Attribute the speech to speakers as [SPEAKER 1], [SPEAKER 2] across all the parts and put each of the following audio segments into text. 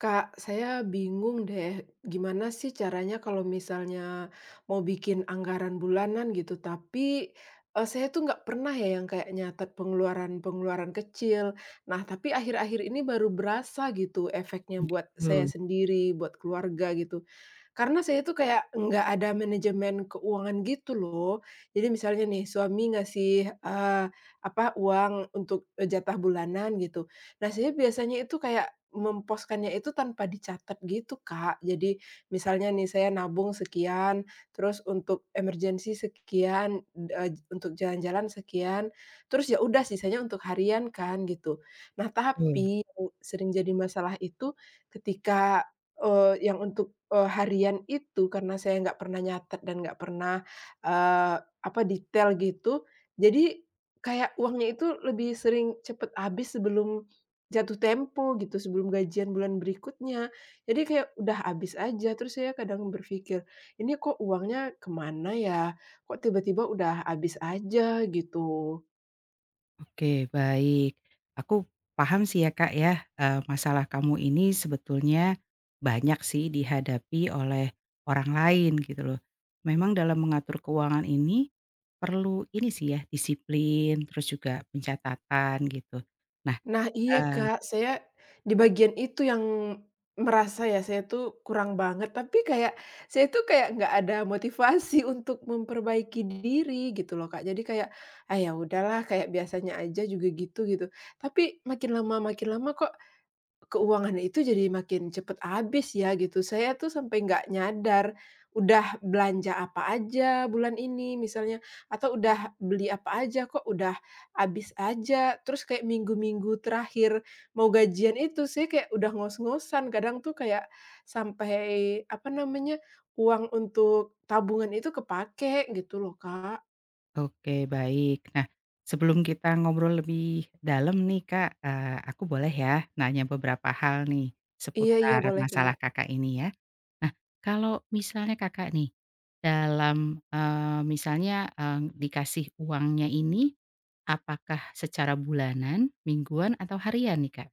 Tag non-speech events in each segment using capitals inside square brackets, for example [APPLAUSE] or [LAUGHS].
[SPEAKER 1] Kak, saya bingung deh, gimana sih caranya kalau misalnya mau bikin anggaran bulanan gitu, tapi, saya tuh nggak pernah ya yang kayak nyatet pengeluaran-pengeluaran kecil. Nah, tapi akhir-akhir ini baru berasa gitu efeknya buat saya
[SPEAKER 2] Betul
[SPEAKER 1] sendiri, buat keluarga gitu. Karena saya tuh kayak nggak ada manajemen keuangan gitu loh. Jadi misalnya nih suami ngasih, eee, apa, uang untuk, jatah bulanan gitu. Nah, saya biasanya itu kayak memposkannya itu tanpa dicatat gitu, Kak. Jadi misalnya nih saya nabung sekian, terus untuk emergensi sekian, untuk jalan-jalan sekian, terus ya udah sisanya untuk harian kan gitu. Nah,
[SPEAKER 2] betul.
[SPEAKER 1] tapi yang sering jadi masalah itu ketika, yang untuk, harian itu karena saya nggak pernah nyatet dan nggak pernah, apa, detail gitu, jadi kayak uangnya itu lebih sering cepet habis sebelum jatuh tempo gitu, sebelum gajian bulan berikutnya. Jadi kayak udah habis aja, terus saya kadang berpikir, "Ini kok uangnya kemana ya? Kok tiba-tiba udah habis aja?" Gitu.
[SPEAKER 2] Oke, baik. Aku paham sih ya, Kak, ya, masalah kamu ini sebetulnya banyak sih dihadapi oleh orang lain gitu loh. Memang dalam mengatur keuangan ini perlu ini sih ya, disiplin, terus juga pencatatan gitu. Nah,
[SPEAKER 1] Nah iya,
[SPEAKER 2] eee,
[SPEAKER 1] Kak, saya di bagian itu yang merasa ya saya tuh kurang banget, tapi kayak saya tuh kayak nggak ada motivasi [LAUGHS] untuk memperbaiki diri gitu loh, Kak. Jadi kayak, "Ah, ya udahlah kayak biasanya aja juga gitu," gitu. Tapi makin lama kok keuangan itu jadi makin cepet habis ya gitu. Saya tuh sampai nggak nyadar, udah belanja apa aja bulan ini misalnya, atau udah beli apa aja, kok udah habis aja. Terus kayak minggu-minggu terakhir mau gajian itu, saya kayak udah ngos-ngosan, kadang tuh kayak sampai, apa namanya, uang untuk tabungan itu kepake gitu loh, Kak.
[SPEAKER 2] oke baik. Nah, sebelum kita ngobrol lebih dalam nih, Kak, aku boleh ya nanya beberapa hal nih
[SPEAKER 1] Iya iya,
[SPEAKER 2] seputar
[SPEAKER 1] boleh, Kak.
[SPEAKER 2] masalah Kakak ini ya? Nah, kalau misalnya Kakak nih, dalam, misalnya, eee, dikasih uangnya ini, apakah secara bulanan, mingguan, atau harian nih, Kak,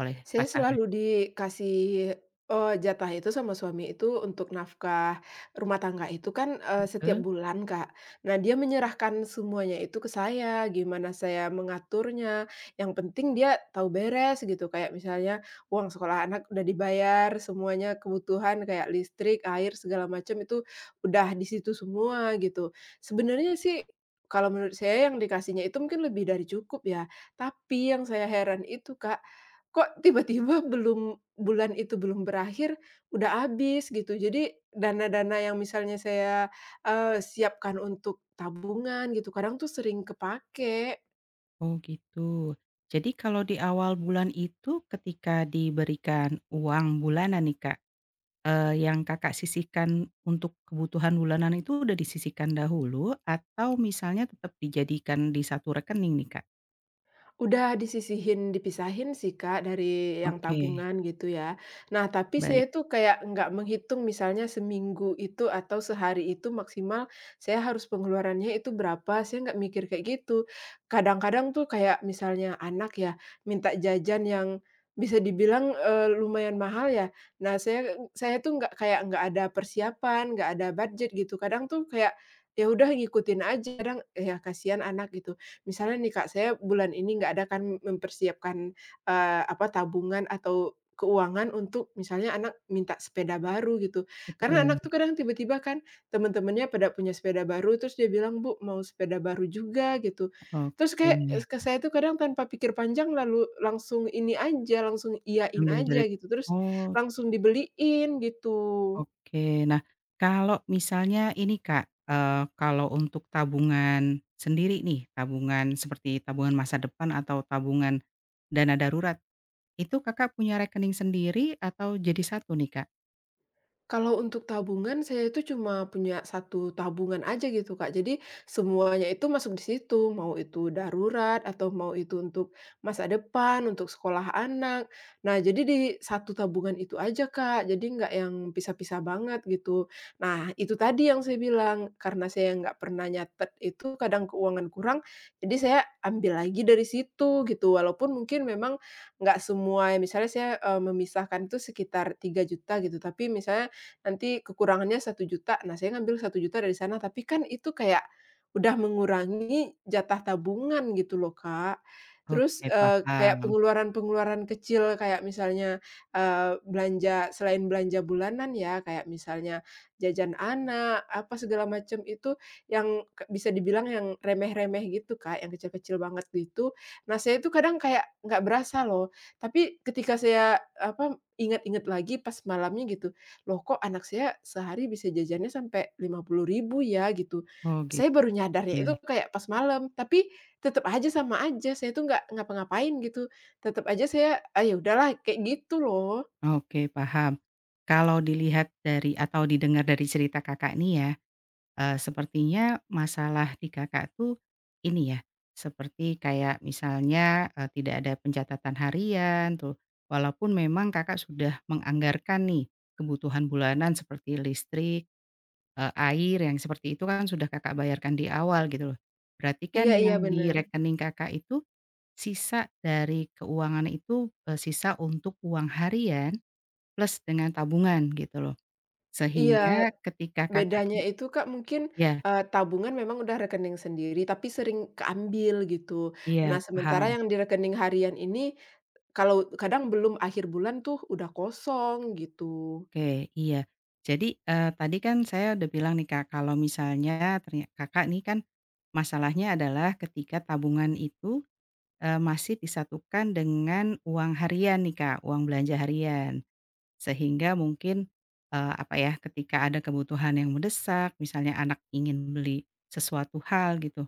[SPEAKER 2] oleh
[SPEAKER 1] Saya
[SPEAKER 2] pasangan?
[SPEAKER 1] selalu dikasih, jatah itu sama suami itu untuk nafkah rumah tangga itu kan, setiap
[SPEAKER 2] Heeh.
[SPEAKER 1] bulan, Kak. Nah, dia menyerahkan semuanya itu ke saya, gimana saya mengaturnya, yang penting dia tahu beres gitu. Kayak misalnya uang sekolah anak udah dibayar, semuanya kebutuhan kayak listrik, air, segala macam itu udah di situ semua gitu. Sebenarnya sih kalau menurut saya yang dikasihnya itu mungkin lebih dari cukup ya, tapi yang saya heran itu, Kak, kok tiba-tiba belum bulan itu belum berakhir, udah habis gitu. Jadi dana-dana yang misalnya saya, siapkan untuk tabungan gitu, kadang tuh sering kepake.
[SPEAKER 2] Oh, gitu. Jadi kalau di awal bulan itu ketika diberikan uang bulanan nih, Kak, yang Kakak sisihkan untuk kebutuhan bulanan itu udah disisihkan dahulu atau misalnya tetap dijadikan di satu rekening nih, Kak?
[SPEAKER 1] Udah disisihin, dipisahin sih Kak, dari yang
[SPEAKER 2] Oke,
[SPEAKER 1] tabungan gitu ya. Nah, tapi saya
[SPEAKER 2] baik.
[SPEAKER 1] tuh kayak nggak menghitung misalnya seminggu itu atau sehari itu maksimal saya harus pengeluarannya itu berapa, saya nggak mikir kayak gitu. Kadang-kadang tuh kayak misalnya anak ya, minta jajan yang bisa dibilang, lumayan mahal ya. Nah, saya tuh nggak kayak nggak ada persiapan, nggak ada budget gitu. Kadang tuh kayak, ya udah ngikutin aja, kadang ya kasihan anak gitu. Misalnya nih Kak, saya bulan ini nggak ada kan mempersiapkan, apa, tabungan atau keuangan untuk misalnya anak minta sepeda baru gitu. Karena anak tuh kadang tiba-tiba kan teman-temannya pada punya sepeda baru, terus dia bilang, "Bu, mau sepeda baru juga," gitu. Terus
[SPEAKER 2] Oke,
[SPEAKER 1] kayak es ke saya tuh kadang tanpa pikir panjang lalu langsung ini aja, langsung iyain
[SPEAKER 2] ambil dari.
[SPEAKER 1] aja gitu, terus
[SPEAKER 2] Oh,
[SPEAKER 1] langsung dibeliin gitu.
[SPEAKER 2] oke. Nah, kalau misalnya ini Kak, kalau untuk tabungan sendiri nih, tabungan seperti tabungan masa depan atau tabungan dana darurat, itu Kakak punya rekening sendiri atau jadi satu nih, Kak?
[SPEAKER 1] Kalau untuk tabungan, saya itu cuma punya satu tabungan aja gitu, Kak. Jadi, semuanya itu masuk di situ, mau itu darurat atau mau itu untuk masa depan, untuk sekolah anak. Nah, jadi di satu tabungan itu aja, Kak. Jadi nggak yang pisah-pisah banget gitu. Nah, itu tadi yang saya bilang, karena saya nggak pernah nyatet itu kadang keuangan kurang, jadi saya ambil lagi dari situ gitu. Walaupun mungkin memang nggak semua misalnya saya, memisahkan itu sekitar 3.000.000 gitu, tapi misalnya nanti kekurangannya 1.000.000. Nah, saya ngambil 1.000.000 dari sana, tapi kan itu kayak udah mengurangi jatah tabungan gitu loh, Kak. Terus,
[SPEAKER 2] Oke,
[SPEAKER 1] kayak
[SPEAKER 2] paham.
[SPEAKER 1] pengeluaran-pengeluaran kecil kayak misalnya, belanja selain belanja bulanan ya, kayak misalnya jajan anak, apa segala macam itu yang ke bisa dibilang yang remeh-remeh gitu, Kak, yang kecil-kecil banget gitu. Nah, saya itu kadang kayak nggak berasa loh, tapi ketika saya, apa, ingat-ingat lagi pas malamnya gitu, "Loh kok anak saya sehari bisa jajannya sampai 50.000 ya?" Gitu.
[SPEAKER 2] Oh, gitu.
[SPEAKER 1] Saya baru nyadarnya itu
[SPEAKER 2] Oke.
[SPEAKER 1] kayak pas malam, tapi tetap aja sama aja, saya tuh nggak ngapa-ngapain gitu, tetap aja saya, "Ah, ya udahlah," kayak gitu loh.
[SPEAKER 2] Oke, paham. Kalau dilihat dari atau didengar dari cerita Kakak nih ya. Sepertinya masalah di Kakak tuh ini ya, seperti kayak misalnya, tidak ada pencatatan harian tuh, walaupun memang Kakak sudah menganggarkan nih kebutuhan bulanan seperti listrik, air yang seperti itu kan sudah Kakak bayarkan di awal gitu loh. Berarti kan
[SPEAKER 1] Iya
[SPEAKER 2] yang
[SPEAKER 1] iya,
[SPEAKER 2] di
[SPEAKER 1] bener.
[SPEAKER 2] rekening Kakak itu sisa dari keuangan itu, sisa untuk uang harian plus dengan tabungan gitu loh.
[SPEAKER 1] Iya,
[SPEAKER 2] Sehingga ketika Kakak
[SPEAKER 1] bedanya
[SPEAKER 2] ya,
[SPEAKER 1] itu, Kak, mungkin,
[SPEAKER 2] iya
[SPEAKER 1] tabungan memang udah rekening sendiri, tapi sering keambil gitu. Nah,
[SPEAKER 2] iya,
[SPEAKER 1] sementara
[SPEAKER 2] paham.
[SPEAKER 1] yang di rekening harian ini, kalau kadang belum akhir bulan tuh udah kosong gitu.
[SPEAKER 2] Oke, iya. Jadi, tadi kan saya udah bilang nih, Kak, kalau misalnya ternya Kakak nih kan masalahnya adalah ketika tabungan itu, masih disatukan dengan uang harian nih, Kak, uang belanja harian. Sehingga mungkin, apa ya, ketika ada kebutuhan yang mendesak, misalnya anak ingin beli sesuatu hal gitu,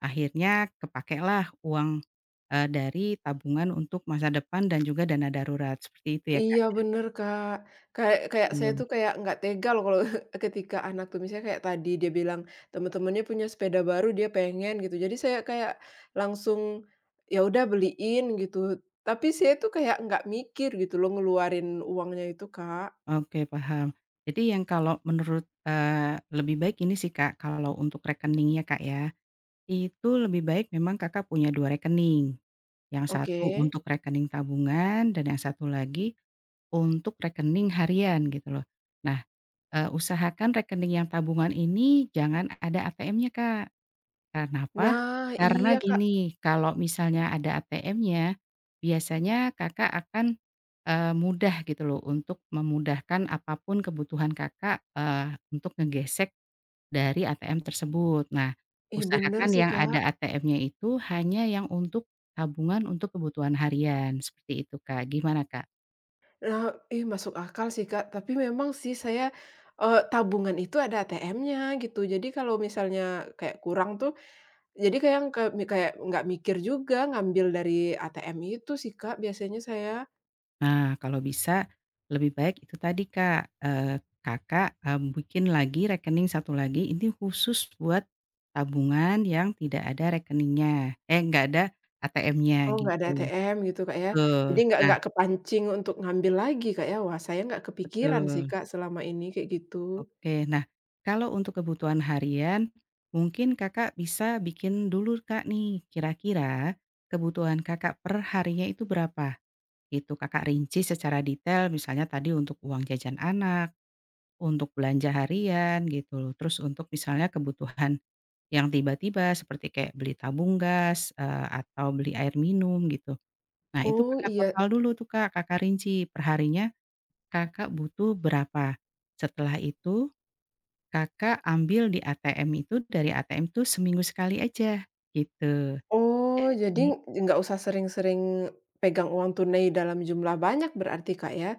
[SPEAKER 2] akhirnya kepakailah uang, dari tabungan untuk masa depan dan juga dana darurat, seperti itu ya,
[SPEAKER 1] Iya bener, Kak. Kayak kayak saya
[SPEAKER 2] Kak?
[SPEAKER 1] tuh kayak nggak tega loh kalau [LAUGHS] ketika anak tuh misalnya kayak tadi dia bilang teman-temannya punya sepeda baru dia pengen gitu. Jadi saya kayak langsung, ya udah beliin gitu. Tapi saya tuh kayak nggak mikir gitu loh ngeluarin uangnya itu, Kak.
[SPEAKER 2] Oke, paham. Jadi yang kalau menurut, lebih baik ini sih, Kak, kalau untuk rekeningnya, Kak, ya, itu lebih baik memang Kakak punya 2 rekening, yang satu
[SPEAKER 1] Oke.
[SPEAKER 2] untuk rekening tabungan dan yang satu lagi untuk rekening harian gitu loh. Nah, usahakan rekening yang tabungan ini jangan ada ATM-nya, Kak. Kenapa?
[SPEAKER 1] Nah,
[SPEAKER 2] Karena
[SPEAKER 1] iya, Kak.
[SPEAKER 2] gini, kalau misalnya ada ATM-nya, biasanya Kakak akan, mudah gitu loh untuk memudahkan apapun kebutuhan Kakak, untuk ngegesek dari ATM tersebut. Nah,
[SPEAKER 1] Ih, bener
[SPEAKER 2] usahakan
[SPEAKER 1] sih,
[SPEAKER 2] yang
[SPEAKER 1] Kak.
[SPEAKER 2] ada ATM-nya itu hanya yang untuk tabungan untuk kebutuhan harian, seperti itu, Kak. Gimana, Kak?
[SPEAKER 1] Nah, ih masuk akal sih, Kak. Tapi memang sih saya, tabungan itu ada ATM-nya gitu. Jadi kalau misalnya kayak kurang tuh, jadi kayak yang kayak nggak mikir juga ngambil dari ATM itu sih, Kak, biasanya saya.
[SPEAKER 2] Nah, kalau bisa lebih baik itu tadi, Kak, Kakak, bikin lagi rekening satu lagi ini khusus buat tabungan yang tidak ada rekeningnya, eh, nggak ada ATM-nya
[SPEAKER 1] Oh, nggak ada
[SPEAKER 2] gitu.
[SPEAKER 1] ATM gitu, Kak, ya. Jadi
[SPEAKER 2] Betul,
[SPEAKER 1] nggak
[SPEAKER 2] nah
[SPEAKER 1] nggak kepancing untuk ngambil lagi, Kak, ya. Wah, saya nggak kepikiran sih,
[SPEAKER 2] betul,
[SPEAKER 1] Kak, selama ini kayak gitu.
[SPEAKER 2] oke. Nah, kalau untuk kebutuhan harian mungkin Kakak bisa bikin dulu, Kak, nih kira-kira kebutuhan Kakak per harinya itu berapa? Itu Kakak rinci secara detail misalnya tadi untuk uang jajan anak. Untuk belanja harian gitu loh, terus untuk misalnya kebutuhan yang tiba-tiba seperti kayak beli tabung gas, atau beli air minum gitu. Nah itu
[SPEAKER 1] Oh,
[SPEAKER 2] Kakak
[SPEAKER 1] iya.
[SPEAKER 2] total dulu tuh Kak, Kakak rinci perharinya Kakak butuh berapa. Setelah itu Kakak ambil di ATM itu dari ATM tuh seminggu sekali aja gitu.
[SPEAKER 1] Oh, jadi
[SPEAKER 2] Jadi.
[SPEAKER 1] nggak usah sering-sering pegang uang tunai dalam jumlah banyak berarti, Kak, ya?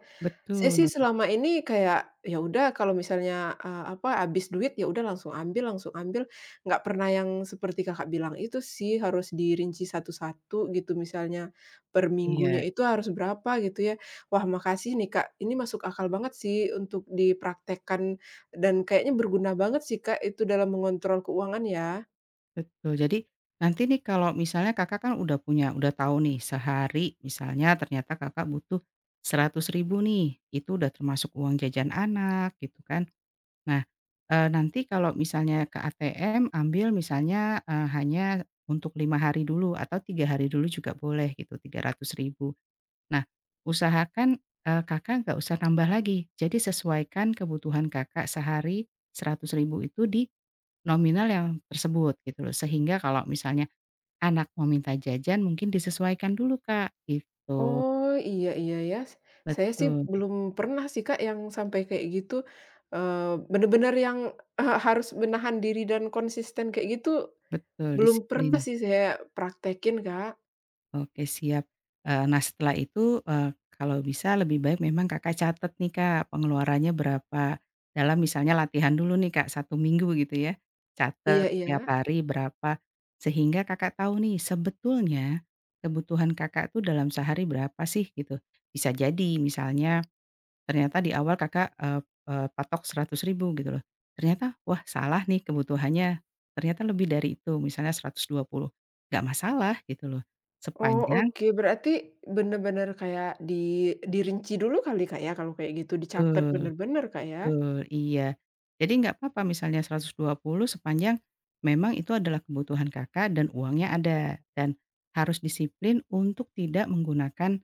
[SPEAKER 1] Saya sih
[SPEAKER 2] Betul,
[SPEAKER 1] selama ini kayak, ya udah kalau misalnya, apa, habis duit, ya udah langsung ambil, nggak pernah yang seperti Kakak bilang itu sih, harus dirinci satu-satu gitu, misalnya per minggunya
[SPEAKER 2] iya.
[SPEAKER 1] itu harus berapa gitu ya. Wah makasih nih Kak, ini masuk akal banget sih untuk dipraktekkan dan kayaknya berguna banget sih Kak, itu dalam mengontrol keuangan ya.
[SPEAKER 2] Betul. Jadi nanti nih kalau misalnya Kakak kan udah punya, udah tahu nih sehari misalnya ternyata Kakak butuh 100.000 nih, itu udah termasuk uang jajan anak gitu kan. Nah, nanti kalau misalnya ke ATM ambil misalnya, hanya untuk 5 hari dulu atau 3 hari dulu juga boleh gitu, 300.000. Nah, usahakan, Kakak nggak usah tambah lagi. Jadi sesuaikan kebutuhan Kakak sehari 100.000 itu di nominal yang tersebut gitu loh, sehingga kalau misalnya anak mau minta jajan mungkin disesuaikan dulu, Kak, gitu.
[SPEAKER 1] Oh, iya iya ya. Saya sih
[SPEAKER 2] Betul
[SPEAKER 1] belum pernah sih, Kak, yang sampai kayak gitu, bener-bener yang, harus menahan diri dan konsisten kayak gitu,
[SPEAKER 2] betul,
[SPEAKER 1] belum
[SPEAKER 2] disiplin.
[SPEAKER 1] pernah sih saya praktekin, Kak.
[SPEAKER 2] Oke siap. Nah setelah itu, kalau bisa lebih baik memang Kakak catat nih, Kak, pengeluarannya berapa, dalam misalnya latihan dulu nih, Kak, 1 minggu gitu ya, catat
[SPEAKER 1] Iya
[SPEAKER 2] setiap
[SPEAKER 1] iya.
[SPEAKER 2] hari berapa, sehingga Kakak tahu nih sebetulnya kebutuhan Kakak tuh dalam sehari berapa sih gitu. Bisa jadi misalnya ternyata di awal Kakak, eee eee, patok rp ribu gitu loh. Ternyata, wah salah nih kebutuhannya, ternyata lebih dari itu, misalnya 120, gak masalah gitu loh.
[SPEAKER 1] Oh,
[SPEAKER 2] Sepanjang
[SPEAKER 1] oke. Berarti bener-bener kayak dirinci dulu kali, Kak, ya, kalau kayak gitu, dicatat
[SPEAKER 2] betul
[SPEAKER 1] bener-bener, Kak, ya?
[SPEAKER 2] betul, iya. Jadi nggak apa-apa misalnya 120 sepanjang memang itu adalah kebutuhan Kakak dan uangnya ada, dan harus disiplin untuk tidak menggunakan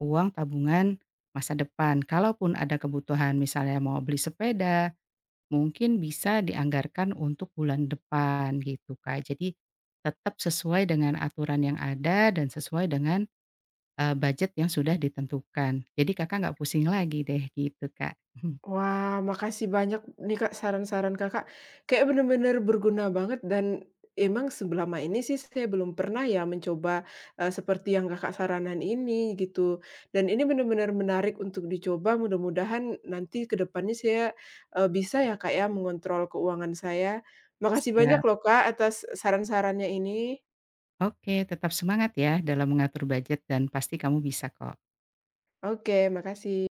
[SPEAKER 2] uang tabungan masa depan. Kalaupun ada kebutuhan misalnya mau beli sepeda mungkin bisa dianggarkan untuk bulan depan gitu, Kak. Jadi tetap sesuai dengan aturan yang ada dan sesuai dengan, budget yang sudah ditentukan. Jadi Kakak nggak pusing lagi deh gitu, Kak. [LAUGHS]
[SPEAKER 1] Wah, makasih banyak nih Kak, saran-saran Kakak, kayak bener-bener berguna banget dan emang selama ini sih saya belum pernah ya mencoba, seperti yang Kakak saranan ini gitu, dan ini bener-bener menarik untuk dicoba, mudah-mudahan nanti ke depannya saya, bisa ya Kak ya mengontrol keuangan saya. Makasih banyak
[SPEAKER 2] Siap.
[SPEAKER 1] loh Kak atas saran-sarannya ini.
[SPEAKER 2] Oke, tetap semangat ya dalam mengatur budget dan pasti kamu bisa kok.
[SPEAKER 1] Oke, makasih.